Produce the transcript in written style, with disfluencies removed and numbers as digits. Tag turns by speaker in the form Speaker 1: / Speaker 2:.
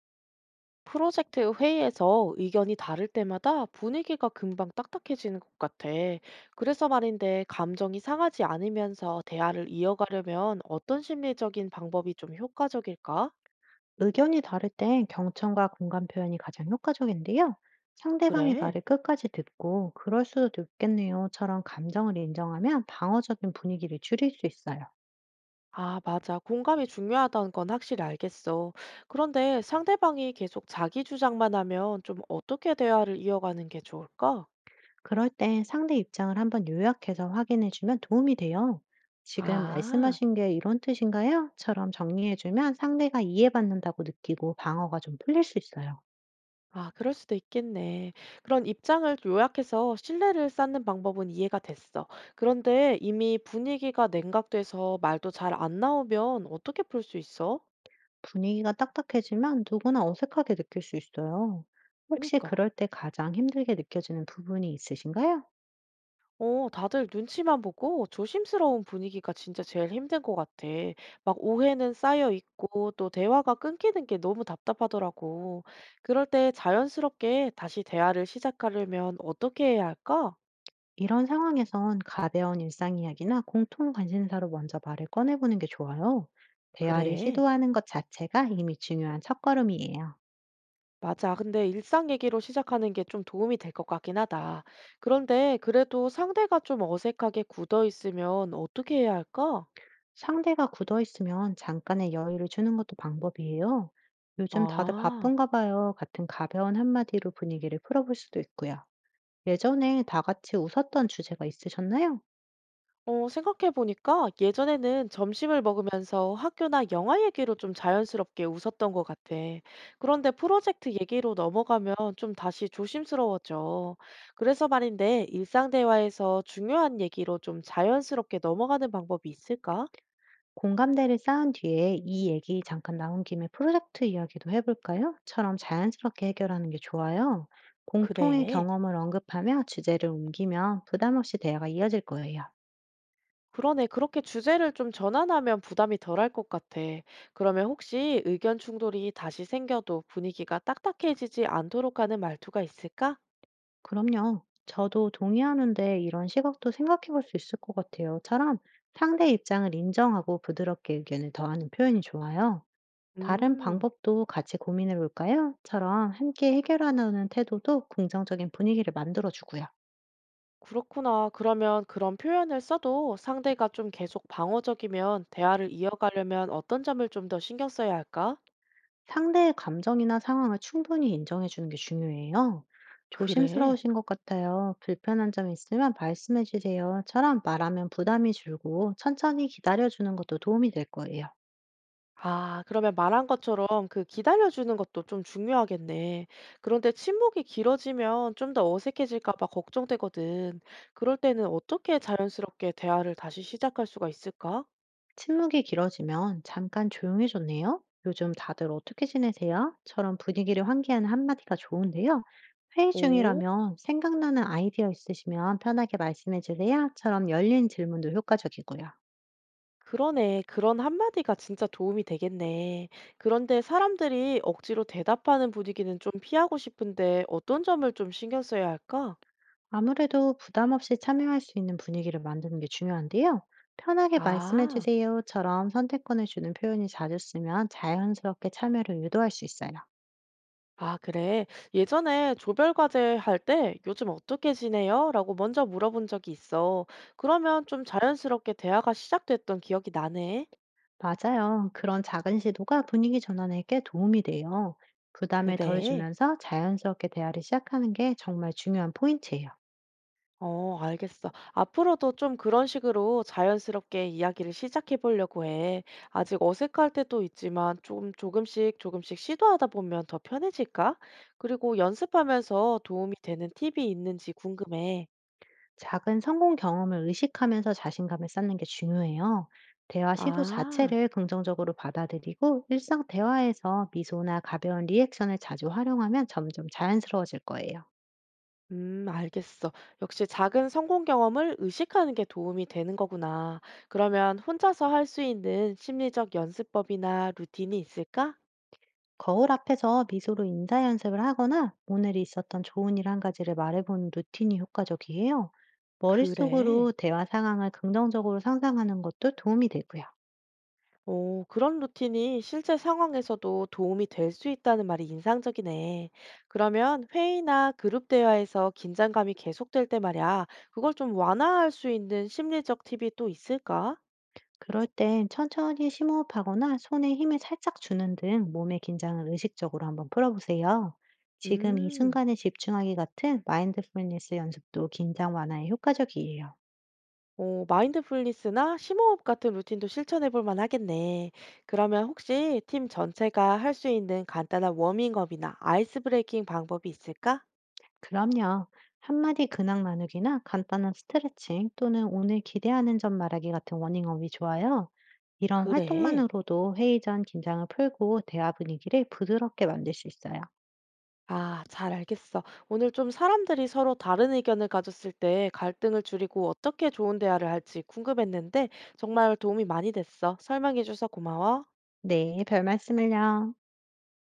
Speaker 1: 프로젝트 회의에서 의견이 다를 때마다 분위기가 금방 딱딱해지는 것 같아. 그래서 말인데, 감정이 상하지 않으면서 대화를 이어가려면 어떤 심리적인 방법이 좀 효과적일까?
Speaker 2: 의견이 다를 땐 경청과 공감 표현이 가장 효과적인데요. 상대방의
Speaker 1: 그래.
Speaker 2: 말을 끝까지 듣고 그럴 수도 있겠네요처럼 감정을 인정하면 방어적인 분위기를 줄일 수 있어요.
Speaker 1: 아, 맞아. 공감이 중요하다는 건 확실히 알겠어. 그런데 상대방이 계속 자기 주장만 하면 좀 어떻게 대화를 이어가는 게 좋을까?
Speaker 2: 그럴 땐 상대 입장을 한번 요약해서 확인해주면 도움이 돼요. 지금
Speaker 1: 아.
Speaker 2: 말씀하신 게 이런 뜻인가요?처럼 정리해주면 상대가 이해받는다고 느끼고 방어가 좀 풀릴 수 있어요.
Speaker 1: 아, 그럴 수도 있겠네. 그런 입장을 요약해서 신뢰를 쌓는 방법은 이해가 됐어. 그런데 이미 분위기가 냉각돼서 말도 잘 안 나오면 어떻게 풀 수 있어?
Speaker 2: 분위기가 딱딱해지면 누구나 어색하게 느낄 수 있어요. 혹시
Speaker 1: 그니까.
Speaker 2: 그럴 때 가장 힘들게 느껴지는 부분이 있으신가요?
Speaker 1: 어, 다들 눈치만 보고 조심스러운 분위기가 진짜 제일 힘든 것 같아. 막 오해는 쌓여 있고 또 대화가 끊기는 게 너무 답답하더라고. 그럴 때 자연스럽게 다시 대화를 시작하려면 어떻게 해야 할까?
Speaker 2: 이런 상황에선 가벼운 일상 이야기나 공통 관심사로 먼저 말을 꺼내보는 게 좋아요. 대화를
Speaker 1: 그래.
Speaker 2: 시도하는 것 자체가 이미 중요한 첫걸음이에요.
Speaker 1: 맞아. 근데 일상 얘기로 시작하는 게 좀 도움이 될 것 같긴 하다. 그런데 그래도 상대가 좀 어색하게 굳어 있으면 어떻게 해야 할까?
Speaker 2: 상대가 굳어 있으면 잠깐의 여유를 주는 것도 방법이에요. 요즘 다들
Speaker 1: 아,
Speaker 2: 바쁜가 봐요. 같은 가벼운 한마디로 분위기를 풀어볼 수도 있고요. 예전에 다 같이 웃었던 주제가 있으셨나요?
Speaker 1: 어, 생각해보니까 예전에는 점심을 먹으면서 학교나 영화 얘기로 좀 자연스럽게 웃었던 것 같아. 그런데 프로젝트 얘기로 넘어가면 좀 다시 조심스러워져. 그래서 말인데 일상 대화에서 중요한 얘기로 좀 자연스럽게 넘어가는 방법이 있을까?
Speaker 2: 공감대를 쌓은 뒤에 "이 얘기 잠깐 나온 김에 프로젝트 이야기도 해 볼까요?" 처럼 자연스럽게 해결하는 게 좋아요. 공통의
Speaker 1: 그래.
Speaker 2: 경험을 언급하며 주제를 옮기면 부담 없이 대화가 이어질 거예요.
Speaker 1: 그러네. 그렇게 주제를 좀 전환하면 부담이 덜할 것 같아. 그러면 혹시 의견 충돌이 다시 생겨도 분위기가 딱딱해지지 않도록 하는 말투가 있을까?
Speaker 2: "그럼요. 저도 동의하는데 이런 시각도 생각해 볼 수 있을 것 같아요."처럼 상대의 입장을 인정하고 부드럽게 의견을 더하는 표현이 좋아요. "다른
Speaker 1: 음,
Speaker 2: 방법도 같이 고민해 볼까요?"처럼 함께 해결하려는 태도도 긍정적인 분위기를 만들어 주고요.
Speaker 1: 그렇구나. 그러면 그런 표현을 써도 상대가 좀 계속 방어적이면 대화를 이어가려면 어떤 점을 좀 더 신경 써야 할까?
Speaker 2: 상대의 감정이나 상황을 충분히 인정해 주는 게 중요해요.
Speaker 1: 그래.
Speaker 2: 조심스러우신 것 같아요. 불편한 점 있으면 말씀해 주세요.처럼 말하면 부담이 줄고 천천히 기다려 주는 것도 도움이 될 거예요.
Speaker 1: 아 그러면 말한 것처럼 그 기다려 주는 것도 좀 중요하겠네. 그런데 침묵이 길어지면 좀 더 어색해질까 봐 걱정되거든. 그럴 때는 어떻게 자연스럽게 대화를 다시 시작할 수가 있을까?
Speaker 2: 침묵이 길어지면 잠깐 조용해졌네요. 요즘 다들 어떻게 지내세요? 처럼 분위기를 환기하는 한마디가 좋은데요. 회의
Speaker 1: 오,
Speaker 2: 중이라면 생각나는 아이디어 있으시면 편하게 말씀해 주세요.처럼 열린 질문도 효과적이고요.
Speaker 1: 그러네. 그런 한마디가 진짜 도움이 되겠네. 그런데 사람들이 억지로 대답하는 분위기는 좀 피하고 싶은데 어떤 점을 좀 신경 써야 할까?
Speaker 2: 아무래도 부담 없이 참여할 수 있는 분위기를 만드는 게 중요한데요. 편하게 말씀해
Speaker 1: 아.
Speaker 2: 주세요처럼 선택권을 주는 표현이 자주 쓰면 자연스럽게 참여를 유도할 수 있어요.
Speaker 1: 아, 그래. 예전에 조별과제 할 때 요즘 어떻게 지내요? 라고 먼저 물어본 적이 있어. 그러면 좀 자연스럽게 대화가 시작됐던 기억이 나네.
Speaker 2: 맞아요. 그런 작은 시도가 분위기 전환에 꽤 도움이 돼요. 부담을 덜
Speaker 1: 그래.
Speaker 2: 주면서 자연스럽게 대화를 시작하는 게 정말 중요한 포인트예요.
Speaker 1: 어, 알겠어. 앞으로도 좀 그런 식으로 자연스럽게 이야기를 시작해 보려고 해. 아직 어색할 때도 있지만 좀 조금씩 조금씩 시도하다 보면 더 편해질까? 그리고 연습하면서 도움이 되는 팁이 있는지 궁금해.
Speaker 2: 작은 성공 경험을 의식하면서 자신감을 쌓는 게 중요해요. 대화 시도
Speaker 1: 아.
Speaker 2: 자체를 긍정적으로 받아들이고 일상 대화에서 미소나 가벼운 리액션을 자주 활용하면 점점 자연스러워질 거예요.
Speaker 1: 알겠어. 역시 작은 성공 경험을 의식하는 게 도움이 되는 거구나. 그러면 혼자서 할 수 있는 심리적 연습법이나 루틴이 있을까?
Speaker 2: 거울 앞에서 미소로 인사 연습을 하거나 오늘 있었던 좋은 일 한 가지를 말해보는 루틴이 효과적이에요.
Speaker 1: 그래.
Speaker 2: 머릿속으로 대화 상황을 긍정적으로 상상하는 것도 도움이 되고요.
Speaker 1: 오, 그런 루틴이 실제 상황에서도 도움이 될 수 있다는 말이 인상적이네. 그러면 회의나 그룹 대화에서 긴장감이 계속될 때 말이야. 그걸 좀 완화할 수 있는 심리적 팁이 또 있을까?
Speaker 2: 그럴 땐 천천히 심호흡하거나 손에 힘을 살짝 주는 등 몸의 긴장을 의식적으로 한번 풀어보세요. 지금 이
Speaker 1: 음.
Speaker 2: 순간에 집중하기 같은 마인드풀니스 연습도 긴장 완화에 효과적이에요.
Speaker 1: 어, 마인드풀니스나 심호흡 같은 루틴도 실천해 볼 만하겠네. 그러면 혹시 팀 전체가 할 수 있는 간단한 워밍업이나 아이스 브레이킹 방법이 있을까?
Speaker 2: 그럼요. 한마디 근황 나누기나 간단한 스트레칭 또는 오늘 기대하는 점 말하기 같은 워밍업이 좋아요. 이런
Speaker 1: 그래.
Speaker 2: 활동만으로도 회의 전 긴장을 풀고 대화 분위기를 부드럽게 만들 수 있어요.
Speaker 1: 아, 잘 알겠어. 오늘 좀 사람들이 서로 다른 의견을 가졌을 때 갈등을 줄이고 어떻게 좋은 대화를 할지 궁금했는데 정말 도움이 많이 됐어. 설명해줘서 고마워.
Speaker 2: 네, 별 말씀을요.